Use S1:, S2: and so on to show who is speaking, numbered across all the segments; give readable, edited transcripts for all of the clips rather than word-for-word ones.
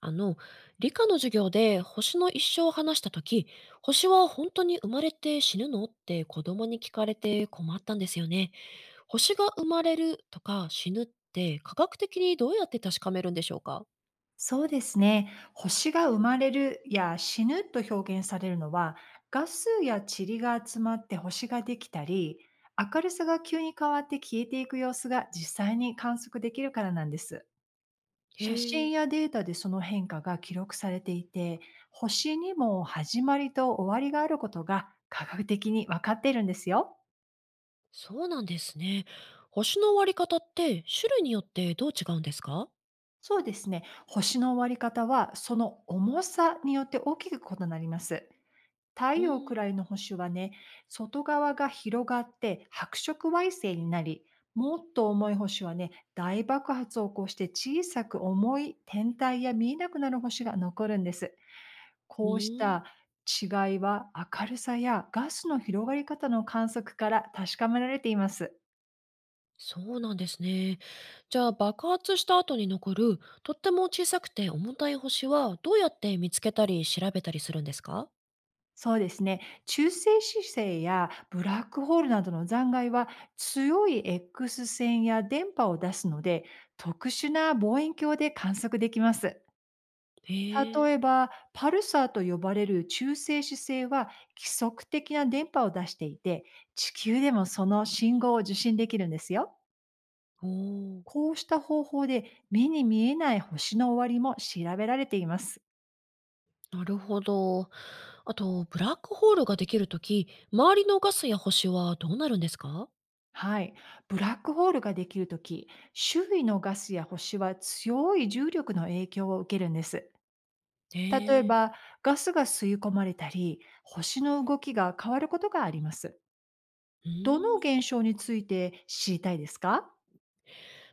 S1: あの、理科の授業で星の一生を話したとき、星は本当に生まれて死ぬのって子供に聞かれて困ったんですよね。星が生まれるとか死ぬって科学的にどうやって確かめるんでしょうか？
S2: そうですね。星が生まれるや死ぬと表現されるのは、ガスや塵が集まって星ができたり、明るさが急に変わって消えていく様子が実際に観測できるからなんです。写
S1: へ
S2: 真
S1: え、
S2: やデータでその変化が記録されていて、星にも始まりと終わりがあることが科学的に分かっているんですよ。
S1: そうなんですね。星の割り方って種類によってどう違うんですか？
S2: そうですね。星の終わり方は、その重さによって大きく異なります。太
S1: う
S2: 陽く
S1: ん、
S2: らいの星はね、外側が広がって白色矮星になり、もっと重い星はね、大爆発を起こして小さく重い天体や見えなくなる星が残るんです。
S1: う
S2: こうし
S1: ん、
S2: た違いは、明るさやガスの広がり方の観測から確かめられています。
S1: そうなんですね。じゃあ爆発した後に残るとっても小さくて重たい星はどうやって見つけたり調べたりするんですか？
S2: そうですね。中性子星やブラックホールなどの残骸は、強い X 線や電波を出すので、特殊な望遠鏡で観測できます。
S1: へえ、
S2: 例えばパルサーと呼ばれる中性子星は、規則的な電波を出していて、地球でもその信号を受信できるんですよ。
S1: おお、
S2: こうした方法で目に見えない星の終わりも調べられています。
S1: なるほど。あと、ブラックホールができるとき、周りのガスや星はどうなるんですか？
S2: はい。ブラックホールができるとき、周囲のガスや星は強い重力の影響を受けるんです。
S1: へ
S2: 例え
S1: え、
S2: ば、ガスが吸い込まれたり、星の動きが変わることがあります。
S1: う
S2: どの
S1: ん。
S2: 現象について知りたいですか？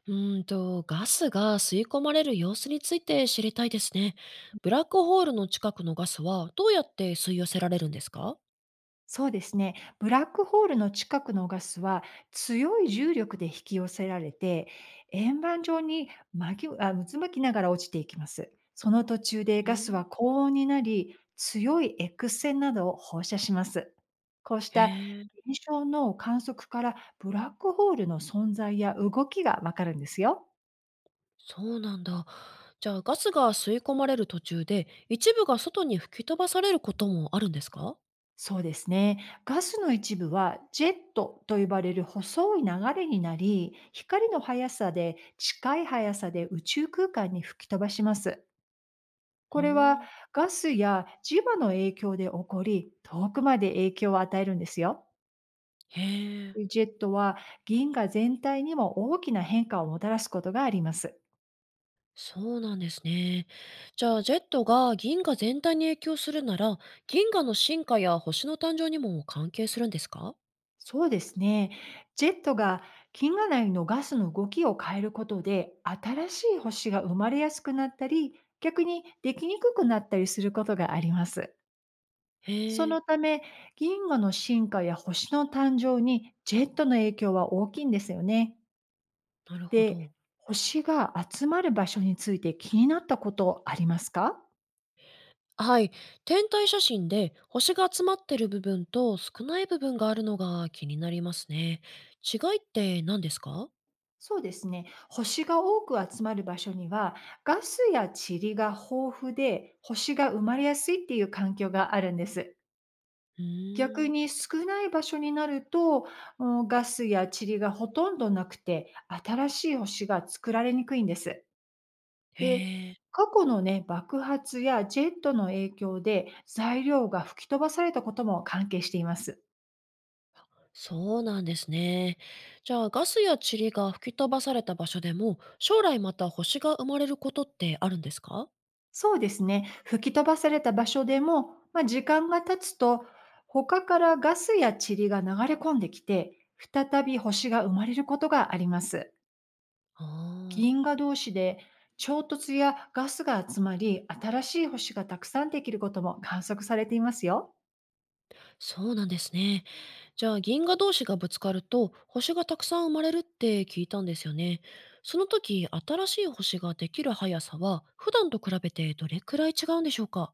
S1: うーんと、ガスが吸い込まれる様子について知りたいですね。ブラックホールの近くのガスはどうやって吸い寄せられるんですか？
S2: そうですね。ブラックホールの近くのガスは、強い重力で引き寄せられて、円盤状に巻きあ渦巻きながら落ちていきます。その途中で
S1: う
S2: ガス
S1: ん、
S2: は高温になり、強い X 線などを放射します。こうし
S1: へ
S2: た
S1: え、
S2: 現象の観測から、ブラックホールの存在や動きがわかるんですよ。
S1: そうなんだ。じゃあ、ガスが吸い込まれる途中で、一部が外に吹き飛ばされることもあるんですか？
S2: そうですね。ガスの一部はジェットと呼ばれる細い流れになり、光の速さで近い速さで宇宙空間に吹き飛ばします。
S1: う
S2: これは
S1: ん、
S2: ガスや磁場の影響で起こり、遠くまで影響を与えるんですよ。
S1: へえ。
S2: ジェットは銀河全体にも大きな変化をもたらすことがあります。
S1: そうなんですね。じゃあ、ジェットが銀河全体に影響するなら、銀河の進化や星の誕生にも関係するんですか？
S2: そうですね。ジェットが銀河内のガスの動きを変えることで、新しい星が生まれやすくなったり、逆にできにくくなったりすることがあります。そ
S1: へえ、
S2: のため、銀河の進化や星の誕生にジェットの影響は大きいんですよね。
S1: なるほ
S2: で、
S1: ど。
S2: 星が集まる場所について気になったことありますか？
S1: はい。天体写真で星が集まってる部分と少ない部分があるのが気になりますね。違いって何ですか？
S2: そうですね。星が多く集まる場所には、ガスや塵が豊富で、星が生まれやすいっていう環境があるんです。
S1: う
S2: 逆
S1: ーん。
S2: に少ない場所になると、うんガスや塵がほとんどなくて、新しい星が作られにくいんです。
S1: へ
S2: で、
S1: え、
S2: 過去のね、爆発やジェットの影響で材料が吹き飛ばされたことも関係しています。
S1: そうなんですね。じゃあ、ガスや塵が吹き飛ばされた場所でも、将来また星が生まれることってあるんですか？
S2: そうですね。吹き飛ばされた場所でも、まあ、時間が経つと、他からガスや塵が流れ込んできて、再び星が生まれることがあります。
S1: ああ
S2: 銀
S1: ー。
S2: 河同士で衝突やガスが集まり、新しい星がたくさんできることも観測されていますよ。
S1: そうなんですね。じゃあ銀河同士がぶつかると星がたくさん生まれるって聞いたんですよね。その時新しい星ができる速さは普段と比べてどれくらい違うんでしょうか？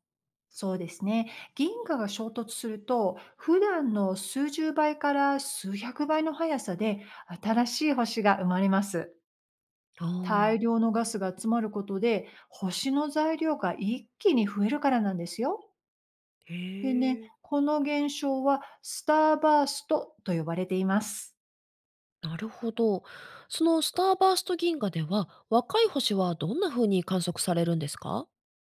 S2: そうですね。銀河が衝突すると、普段の数十倍から数百倍の速さで新しい星が生まれます。
S1: ああ
S2: 大
S1: ー、
S2: 量のガスが集まることで、星の材料が一気に増えるからなんですよ。
S1: へ
S2: でね、
S1: え。
S2: この現象はスターバーストと呼ばれています。
S1: なるほど。そのスターバースト銀河では若い星はどんな風に観測されるんですか？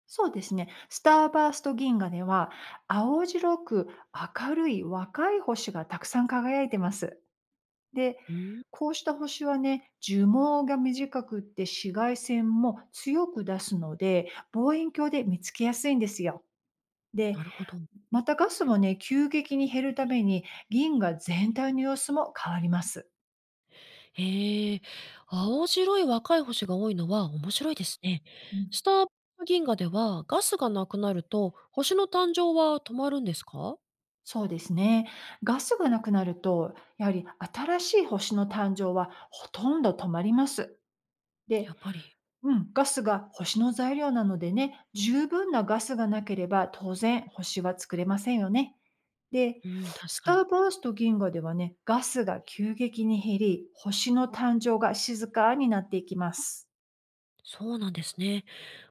S2: そうですね。スターバースト銀河では、青白く明るい若い星がたくさん輝いてます。で、
S1: うん、
S2: こうした星はね、寿命が短くって紫外線も強く出すので、望遠鏡で見つけやすいんですよ。で、
S1: なるほど。
S2: またガスもね、急激に減るために銀河全体の様子も変わります。
S1: へえ、青白い若い星が多いのは面白いですね。
S2: うん、
S1: スター銀河ではガスがなくなると星の誕生は止まるんですか？
S2: そうですね。ガスがなくなると、やはり新しい星の誕生はほとんど止まります。
S1: や
S2: で、
S1: っぱり。
S2: うん、ガスが星の材料なのでね、十分なガスがなければ当然星は作れませんよね。で、
S1: うん、確
S2: ス
S1: か
S2: タ
S1: に。
S2: ーバースト銀河ではね、ガスが急激に減り、星の誕生が静かになっていきます。
S1: そうなんですね。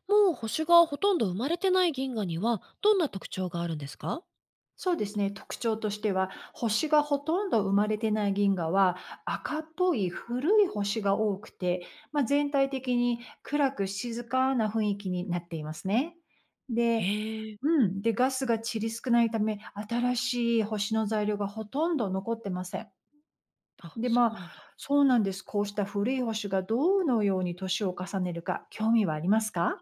S1: もう星がほとんど生まれてない銀河にはどんな特徴があるんですか？
S2: そうですね。特徴としては、星がほとんど生まれてない銀河は、赤っぽい古い星が多くて、まあ、全体的に暗く静かな雰囲気になっていますね。で、
S1: へえ、
S2: うん。で、ガスが散り少ないため、新しい星の材料がほとんど残ってません。
S1: あ、
S2: で、
S1: そ
S2: ま
S1: うなんだ。
S2: あ、そうなんです。こうした古い星がどのように年を重ねるか興味はありますか？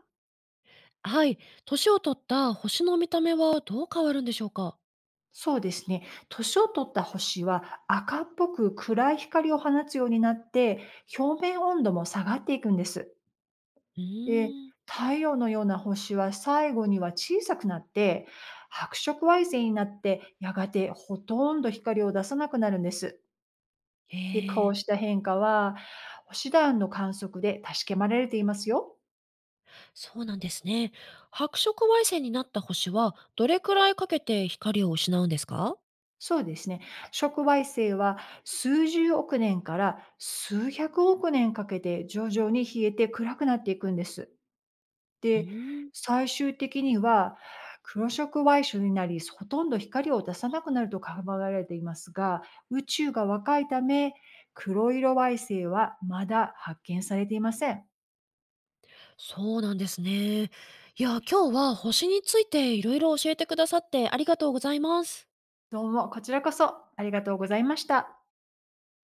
S1: はい、年を取った星の見た目はどう変わるんでしょうか？
S2: そうですね。年を取った星は赤っぽく暗い光を放つようになって、表面温度も下がっていくんです。
S1: う
S2: で、
S1: ーん、
S2: 太陽のような星は最後には小さくなって、白色矮星になって、やがてほとんど光を出さなくなるんです。
S1: へ
S2: で、こう
S1: え。
S2: した変化は、星団の観測で確かめられていますよ。
S1: そうなんですね。白色矮星になった星はどれくらいかけて光を失うんですか？
S2: そうですね。触媒性は数十億年から数百億年かけて徐々に冷えて暗くなっていくんです。
S1: う
S2: で、
S1: ーん、
S2: 最終的には黒触媒種になり、ほとんど光を出さなくなると考えられていますが、宇宙が若いため、黒色矮星はまだ発見されていません。
S1: そうなんですね。いや、今日は星についていろいろ教えてくださってありがとうございます。
S2: どうも、こちらこそありがとうございました。